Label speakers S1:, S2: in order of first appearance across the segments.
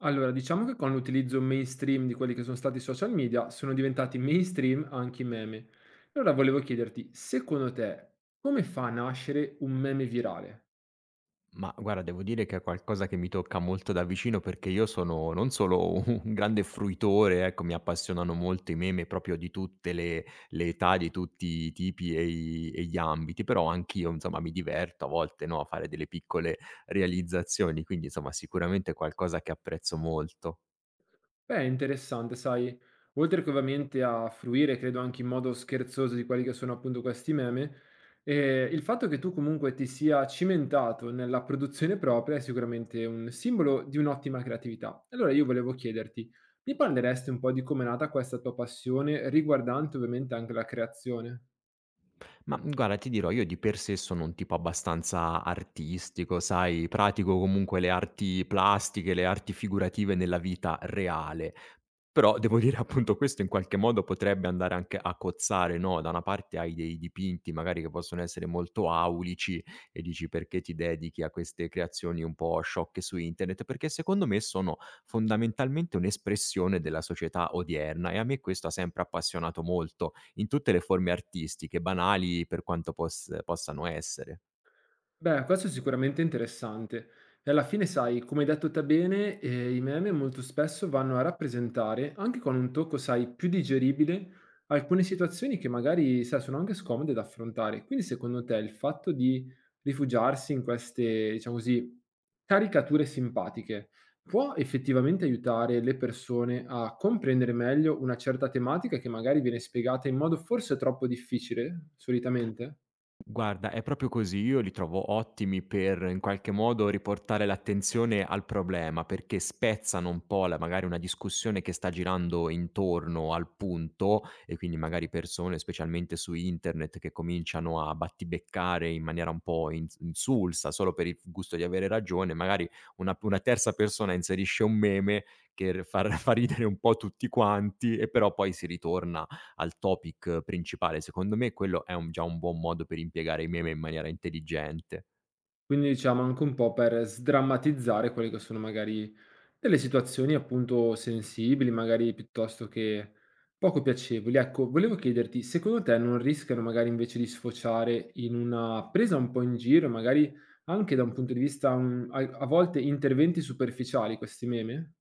S1: Allora, diciamo che con l'utilizzo mainstream di quelli che sono stati i social media, sono diventati mainstream anche i meme. Allora volevo chiederti, secondo te, come fa a nascere un meme virale?
S2: Ma guarda, devo dire che è qualcosa che mi tocca molto da vicino perché io sono non solo un grande fruitore, ecco, mi appassionano molto i meme proprio di tutte le età, di tutti i tipi e gli ambiti, però anch'io, insomma, mi diverto a volte, no, a fare delle piccole realizzazioni, quindi insomma, sicuramente è qualcosa che apprezzo molto.
S1: Beh, è interessante, sai, oltre che ovviamente a fruire, credo anche in modo scherzoso di quelli che sono appunto questi meme, il fatto che tu comunque ti sia cimentato nella produzione propria è sicuramente un simbolo di un'ottima creatività. Allora io volevo chiederti, mi parleresti un po' di come è nata questa tua passione, riguardante ovviamente anche la creazione?
S2: Ma guarda, ti dirò, io di per sé sono un tipo abbastanza artistico, sai, pratico comunque le arti plastiche, le arti figurative nella vita reale. Però devo dire appunto questo in qualche modo potrebbe andare anche a cozzare, no, da una parte hai dei dipinti magari che possono essere molto aulici e dici: "Perché ti dedichi a queste creazioni un po' sciocche su internet?" Perché secondo me sono fondamentalmente un'espressione della società odierna e a me questo ha sempre appassionato molto, in tutte le forme artistiche, banali per quanto possano essere.
S1: Beh, questo è sicuramente interessante. E alla fine, sai, come hai detto te bene, i meme molto spesso vanno a rappresentare, anche con un tocco, sai, più digeribile, alcune situazioni che magari, sai, sono anche scomode da affrontare. Quindi, secondo te, il fatto di rifugiarsi in queste, diciamo così, caricature simpatiche può effettivamente aiutare le persone a comprendere meglio una certa tematica che magari viene spiegata in modo forse troppo difficile, solitamente?
S2: Guarda, è proprio così. Io li trovo ottimi per, in qualche modo, riportare l'attenzione al problema, perché spezzano un po' la magari una discussione che sta girando intorno al punto e quindi magari persone, specialmente su internet, che cominciano a battibeccare in maniera un po' insulsa, solo per il gusto di avere ragione, magari una terza persona inserisce un meme che r fa r fa ridere un po' tutti quanti e però poi si ritorna al topic principale. Secondo me quello è un già un buon modo per impiegare i meme in maniera intelligente.
S1: Quindi diciamo anche un po' per sdrammatizzare quelle che sono magari delle situazioni appunto sensibili, magari piuttosto che poco piacevoli. Ecco, volevo chiederti, secondo te non rischiano magari invece di sfociare in una presa un po' in giro, magari anche da un punto di vista, a volte interventi superficiali questi meme?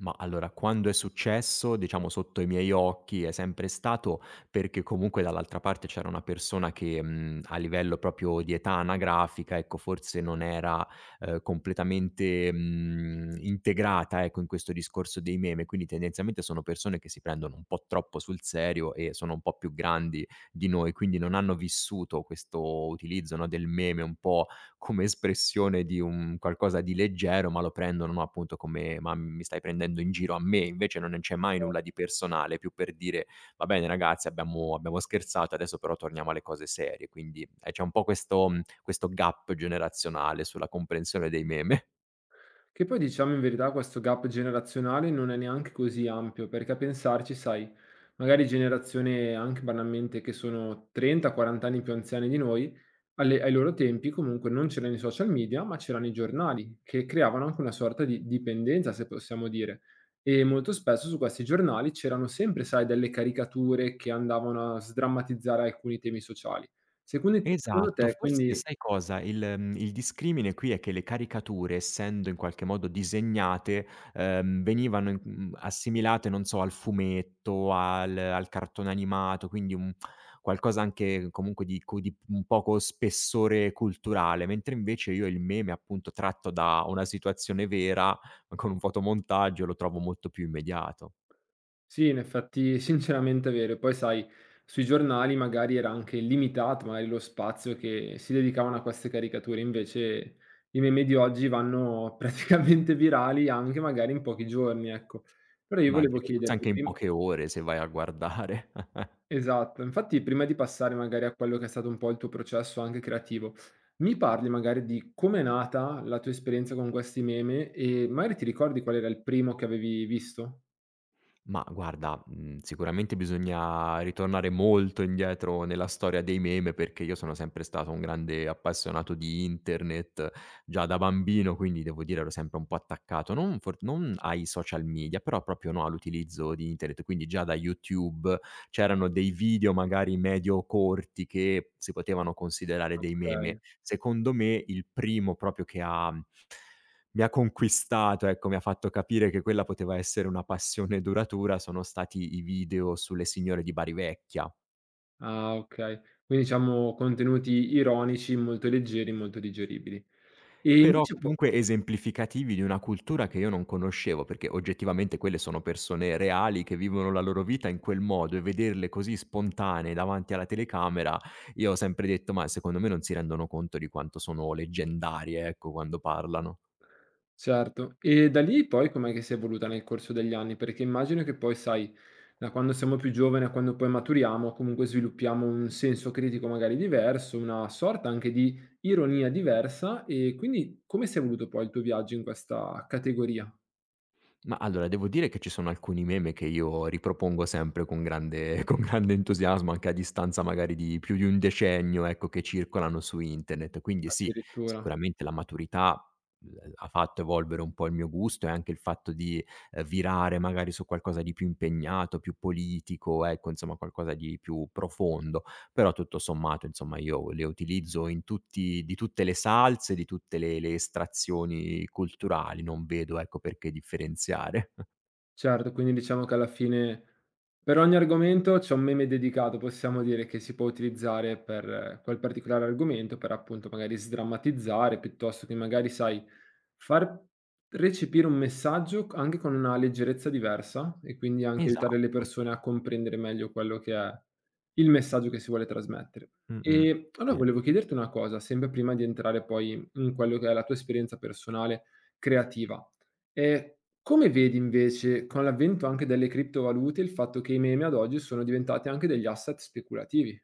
S2: Ma allora, quando è successo, diciamo sotto i miei occhi, è sempre stato perché comunque dall'altra parte c'era una persona che, a livello proprio di età anagrafica, ecco, forse non era, completamente, integrata, ecco, in questo discorso dei meme. Quindi tendenzialmente sono persone che si prendono un po' troppo sul serio e sono un po' più grandi di noi, quindi non hanno vissuto questo utilizzo, no, del meme un po' come espressione di un qualcosa di leggero, ma lo prendono, no, appunto come: "Ma mi stai prendendo in giro a me?" Invece non c'è mai nulla di personale, è più per dire: "Va bene ragazzi abbiamo scherzato, adesso però torniamo alle cose serie." Quindi, c'è un po' questo questo gap generazionale sulla comprensione dei meme.
S1: Che poi diciamo in verità questo gap generazionale non è neanche così ampio, perché a pensarci, sai, magari generazione anche banalmente che sono 30-40 anni più anziani di noi, ai loro tempi comunque non c'erano i social media, ma c'erano i giornali, che creavano anche una sorta di dipendenza, se possiamo dire. E molto spesso su questi giornali c'erano sempre, sai, delle caricature che andavano a sdrammatizzare alcuni temi sociali. Secondo
S2: Esatto,
S1: te,
S2: forse
S1: quindi
S2: sai cosa? Il discrimine qui è che le caricature, essendo in qualche modo disegnate, venivano assimilate, non so, al fumetto, al cartone animato, quindi un qualcosa anche comunque di un poco spessore culturale, mentre invece io il meme, appunto, tratto da una situazione vera, con un fotomontaggio, lo trovo molto più immediato.
S1: sì, in effetti sinceramente è vero. Poi sai, sui giornali magari era anche limitato magari lo spazio che si dedicavano a queste caricature, invece i meme di oggi vanno praticamente virali anche magari in pochi giorni, ecco. Però io
S2: Ma
S1: volevo
S2: direi forse anche
S1: chiederti
S2: in
S1: prim
S2: poche ore, se vai a guardare.
S1: esatto, infatti prima di passare magari a quello che è stato un po' il tuo processo anche creativo, mi parli magari di com'è nata la tua esperienza con questi meme e magari ti ricordi qual era il primo che avevi visto?
S2: Ma guarda, sicuramente bisogna ritornare molto indietro nella storia dei meme, perché io sono sempre stato un grande appassionato di internet già da bambino, quindi devo dire ero sempre un po' attaccato, non ai social media, però proprio, no, all'utilizzo di internet, quindi già da YouTube c'erano dei video magari medio corti che si potevano considerare dei meme.
S1: Okay.
S2: Secondo me il primo proprio che mi ha conquistato, ecco, mi ha fatto capire che quella poteva essere una passione duratura sono stati i video sulle signore di Bari Vecchia,
S1: Ah, okay. Quindi diciamo contenuti ironici molto leggeri, molto digeribili. E
S2: però
S1: invece po
S2: comunque esemplificativi di una cultura che io non conoscevo, perché oggettivamente quelle sono persone reali che vivono la loro vita in quel modo e vederle così spontanee davanti alla telecamera, io ho sempre detto: "Ma secondo me non si rendono conto di quanto sono leggendarie, ecco, quando parlano".
S1: certo. E da lì poi com'è che si è evoluta nel corso degli anni? Perché immagino che poi sai, da quando siamo più giovani a quando poi maturiamo, comunque sviluppiamo un senso critico magari diverso, una sorta anche di ironia diversa e quindi come si è evoluto poi il tuo viaggio in questa categoria
S2: Ma allora, devo dire che ci sono alcuni meme che io ripropongo sempre con grande con grande entusiasmo, anche a distanza magari di più di un decennio, ecco, che circolano su internet. Quindi sì,
S1: addirittura?
S2: sicuramente la maturità, l ha fatto evolvere un po' il mio gusto e anche il fatto di, virare magari su qualcosa di più impegnato, più politico, ecco, insomma qualcosa di più profondo. Però tutto sommato, insomma, io le utilizzo in tutti di tutte le salse, di tutte le estrazioni culturali, non vedo, ecco, perché differenziare.
S1: Certo, quindi diciamo che alla fine per ogni argomento c'è un meme dedicato, possiamo dire, che si può utilizzare per quel particolare argomento, per appunto magari sdrammatizzare, piuttosto che magari, sai, far recepire un messaggio anche con una leggerezza diversa e quindi anche aiutare le
S2: Esatto.
S1: persone a comprendere meglio quello che è il messaggio che si vuole trasmettere.
S2: Mh-mh.
S1: E allora
S2: Sì.
S1: volevo chiederti una cosa, sempre prima di entrare poi in quello che è la tua esperienza personale creativa. E come vedi invece, con l'avvento anche delle criptovalute, il fatto che i meme ad oggi sono diventati anche degli asset speculativi?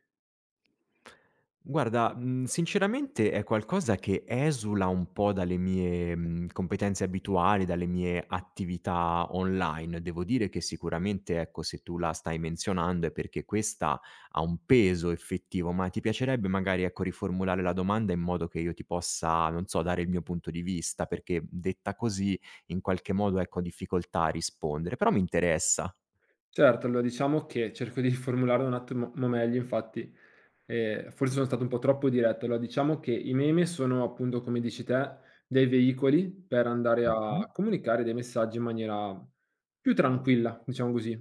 S2: Guarda, sinceramente è qualcosa che esula un po' dalle mie, competenze abituali, dalle mie attività online. Devo dire che sicuramente, ecco, se tu la stai menzionando è perché questa ha un peso effettivo, ma ti piacerebbe magari, ecco, riformulare la domanda in modo che io ti possa, non so, dare il mio punto di vista, perché detta così in qualche modo, ecco, ho difficoltà a rispondere, però mi interessa.
S1: Certo, allora diciamo che cerco di formularlo un attimo meglio, infatti. Forse sono stato un po' troppo diretto. Allora, diciamo che i meme sono appunto, come dici te, dei veicoli per andare
S2: Mh-mh.
S1: a comunicare dei messaggi in maniera più tranquilla, diciamo così.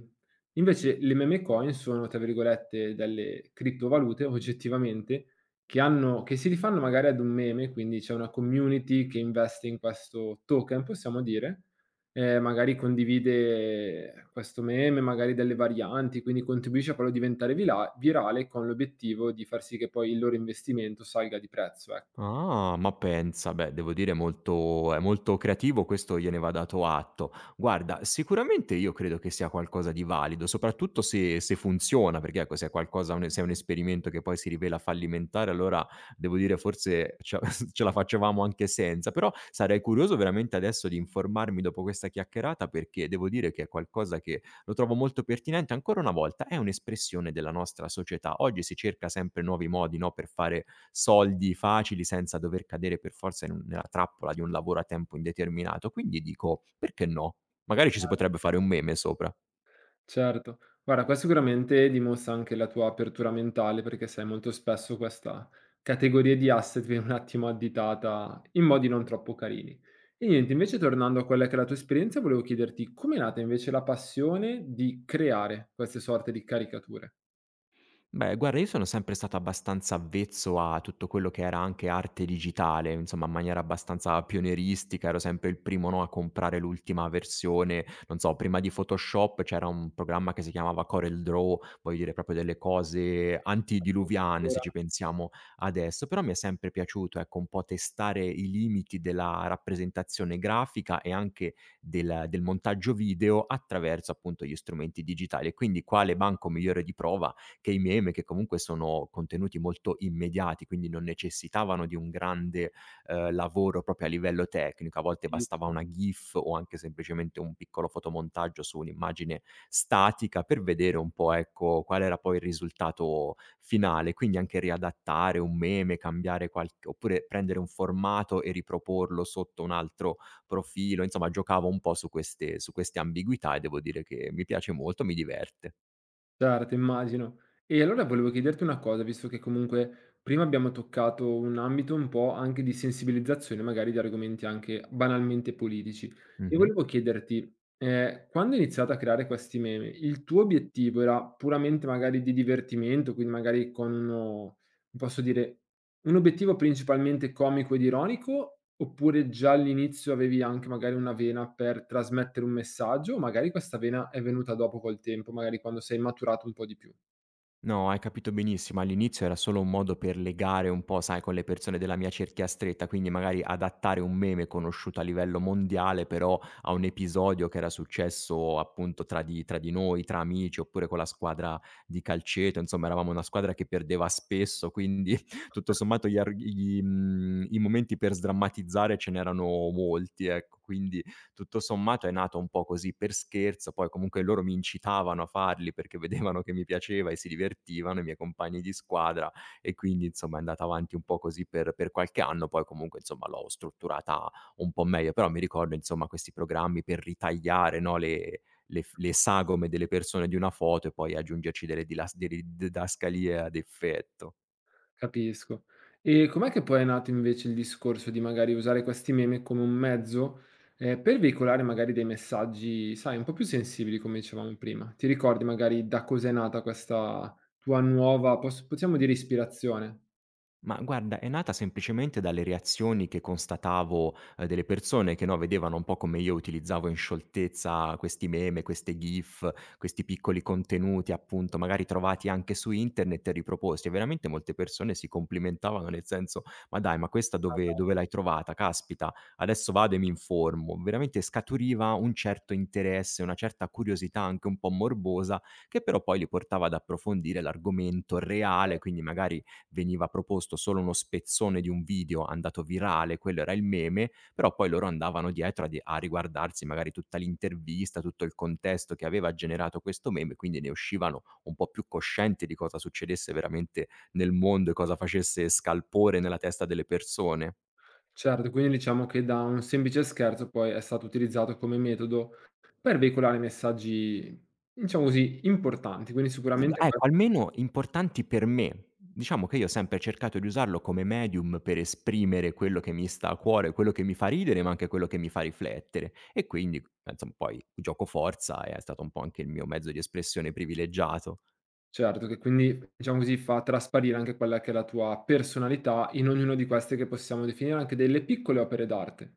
S1: Invece le meme coin sono, tra virgolette, delle criptovalute oggettivamente che hanno che si rifanno magari ad un meme, quindi c'è una community che investe in questo token, possiamo dire, magari condivide questo meme, magari delle varianti, quindi contribuisce a farlo diventare vila virale con l'obiettivo di far sì che poi il loro investimento salga di prezzo, ecco.
S2: Ah, ma pensa, beh, devo dire molto è molto creativo, questo gliene va dato atto. Guarda, sicuramente io credo che sia qualcosa di valido, soprattutto se funziona, perché ecco, se è qualcosa un se è un esperimento che poi si rivela fallimentare, allora devo dire forse ce ce la facevamo anche senza. Però sarei curioso veramente adesso di informarmi dopo questa chiacchierata, perché devo dire che è qualcosa che lo trovo molto pertinente. Ancora una volta, è un'espressione della nostra società. Oggi si cerca sempre nuovi modi, no, per fare soldi facili senza dover cadere per forza in un nella trappola di un lavoro a tempo indeterminato. Quindi dico: "Perché no?" Magari ci si
S1: Chiaro.
S2: potrebbe fare un meme sopra.
S1: Certo. Guarda, qua sicuramente dimostra anche la tua apertura mentale, perché sai molto spesso questa categoria di asset viene un attimo additata in modi non troppo carini. E niente, invece tornando a quella che è la tua esperienza, volevo chiederti com'è nata invece la passione di creare queste sorte di caricature?
S2: Beh, guarda, io sono sempre stato abbastanza avvezzo a tutto quello che era anche arte digitale, insomma, in maniera abbastanza pionieristica, ero sempre il primo, no, a comprare l'ultima versione. Non so, prima di Photoshop c'era un programma che si chiamava Corel Draw, voglio dire proprio delle cose antidiluviane, se
S1: Addirittura,
S2: ci pensiamo adesso, però mi è sempre piaciuto, ecco, un po' testare i limiti della rappresentazione grafica e anche del montaggio video attraverso appunto gli strumenti digitali. E quindi quale banco migliore di prova che i meme, che comunque sono contenuti molto immediati, quindi non necessitavano di un grande, lavoro proprio a livello tecnico. A volte
S1: capisco.
S2: bastava una GIF o anche semplicemente un piccolo fotomontaggio su un'immagine statica per vedere un po', ecco, qual era poi il risultato finale. Quindi anche riadattare un meme, cambiare qualc oppure prendere un formato e riproporlo sotto un altro profilo, insomma giocavo un po' su queste ambiguità e devo dire che mi piace molto, mi diverte.
S1: Certo, immagino. E allora volevo chiederti una cosa, visto che comunque prima abbiamo toccato un ambito un po' anche di sensibilizzazione, magari di argomenti anche banalmente politici. E
S2: Mh-mh.
S1: volevo chiederti, quando hai iniziato a creare questi meme, il tuo obiettivo era puramente magari di divertimento, quindi magari con uno non posso dire un obiettivo principalmente comico ed ironico, oppure già all'inizio avevi anche magari una vena per trasmettere un messaggio, o magari questa vena è venuta dopo col tempo, magari quando sei maturato un po' di più.
S2: No, hai capito benissimo. All'inizio era solo un modo per legare un po', sai, con le persone della mia cerchia stretta, quindi magari adattare un meme conosciuto a livello mondiale, però a un episodio che era successo appunto tra di noi, tra amici, oppure con la squadra di calcetto. Insomma, eravamo una squadra che perdeva spesso, quindi tutto sommato gli arg- gli, mm, i momenti per sdrammatizzare ce n'erano molti, ecco. Quindi tutto sommato è nato un po' così per scherzo, poi comunque loro mi incitavano a farli perché vedevano che mi piaceva e si divertivano, i miei compagni di squadra e quindi insomma è andata avanti un po' così per qualche anno, poi comunque insomma l'ho strutturata un po' meglio, però mi ricordo insomma questi programmi per ritagliare, no, le f le sagome delle persone di una foto e poi aggiungerci delle didascalie ad effetto.
S1: Capisco. E com'è che poi è nato invece il discorso di magari usare questi meme come un mezzo, per veicolare magari dei messaggi, sai, un po' più sensibili come dicevamo prima? Ti ricordi magari da cos'è nata questa tua nuova, possiamo dire ispirazione?
S2: Ma guarda, è nata semplicemente dalle reazioni che constatavo, delle persone che, no, vedevano un po' come io utilizzavo in scioltezza questi meme, queste GIF, questi piccoli contenuti, appunto, magari trovati anche su internet e riproposti, e veramente molte persone si complimentavano nel senso: "Ma dai, ma questa dove l'hai trovata? Caspita, adesso vado e mi informo." Veramente scaturiva un certo interesse, una certa curiosità anche un po' morbosa, che però poi li portava ad approfondire l'argomento reale, quindi magari veniva proposto solo uno spezzone di un video andato virale, quello era il meme, però poi loro andavano dietro a riguardarsi magari tutta l'intervista, tutto il contesto che aveva generato questo meme, quindi ne uscivano un po' più coscienti di cosa succedesse veramente nel mondo e cosa facesse scalpore nella testa delle persone.
S1: Certo, quindi diciamo che da un semplice scherzo poi è stato utilizzato come metodo per veicolare messaggi, diciamo così, importanti, quindi sicuramente
S2: Ah,
S1: que
S2: ecco, almeno importanti per me. Diciamo che io ho sempre cercato di usarlo come medium per esprimere quello che mi sta a cuore, quello che mi fa ridere, ma anche quello che mi fa riflettere. E quindi, insomma, poi giocoforza è stato un po' anche il mio mezzo di espressione privilegiato.
S1: certo che quindi, diciamo così, fa trasparire anche quella che è la tua personalità in ognuno di queste che possiamo definire anche delle piccole opere d'arte.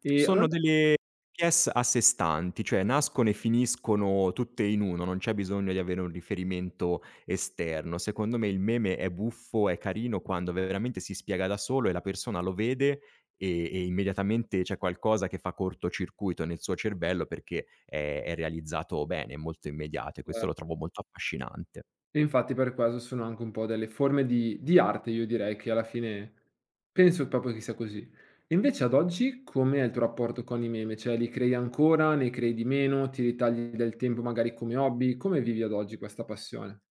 S1: E
S2: Sono
S1: allora
S2: delle PS a sé stanti, cioè nascono e finiscono tutte in 1, non c'è bisogno di avere un riferimento esterno. Secondo me il meme è buffo, è carino quando veramente si spiega da solo e la persona lo vede e immediatamente c'è qualcosa che fa cortocircuito nel suo cervello perché è realizzato bene, è molto immediato e questo
S1: eh,
S2: lo trovo molto affascinante.
S1: e infatti per questo sono anche un po' delle forme di arte, io direi, che alla fine penso proprio che sia così. E invece ad oggi com'è il tuo rapporto con i meme? Cioè li crei ancora, ne crei di meno, ti ritagli del tempo magari come hobby? Come vivi ad oggi questa passione?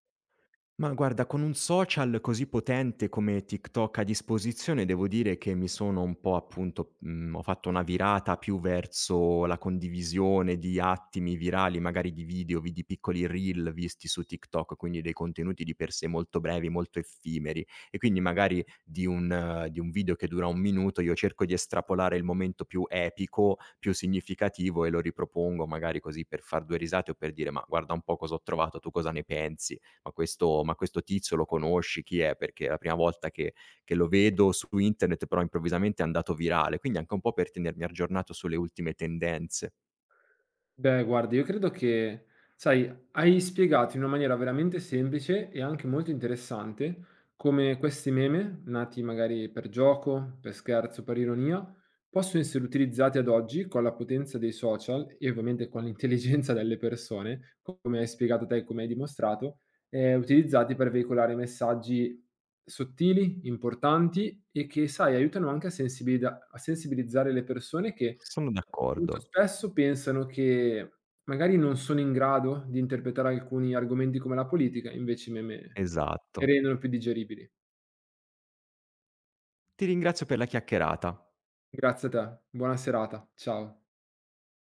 S2: Ma guarda, con un social così potente come TikTok a disposizione, devo dire che mi sono un po' appunto ho fatto una virata più verso la condivisione di attimi virali, magari di video, vi di piccoli reel visti su TikTok, quindi dei contenuti di per sé molto brevi, molto effimeri. E quindi magari di un video che dura 1 minuto, io cerco di estrapolare il momento più epico, più significativo e lo ripropongo magari così per far 2 risate o per dire: "Ma guarda un po' cosa ho trovato, tu cosa ne pensi?" "Ma questo tizio lo conosci? Chi è?" Perché è la prima volta che lo vedo su internet, però improvvisamente è andato virale, quindi anche un po' per tenermi aggiornato sulle ultime tendenze.
S1: Beh, guarda, io credo che, sai, hai spiegato in una maniera veramente semplice e anche molto interessante come questi meme, nati magari per gioco, per scherzo, per ironia, possono essere utilizzati ad oggi con la potenza dei social e ovviamente con l'intelligenza delle persone, come hai spiegato te e come hai dimostrato, utilizzati per veicolare messaggi sottili, importanti e che, sai, aiutano anche a a sensibilizzare le persone che
S2: Sono
S1: molto
S2: d'accordo,
S1: spesso pensano che magari non sono in grado di interpretare alcuni argomenti come la politica, invece i meme li
S2: esatto.
S1: rendono più digeribili.
S2: Ti ringrazio per la chiacchierata.
S1: Grazie a te, buona serata, ciao.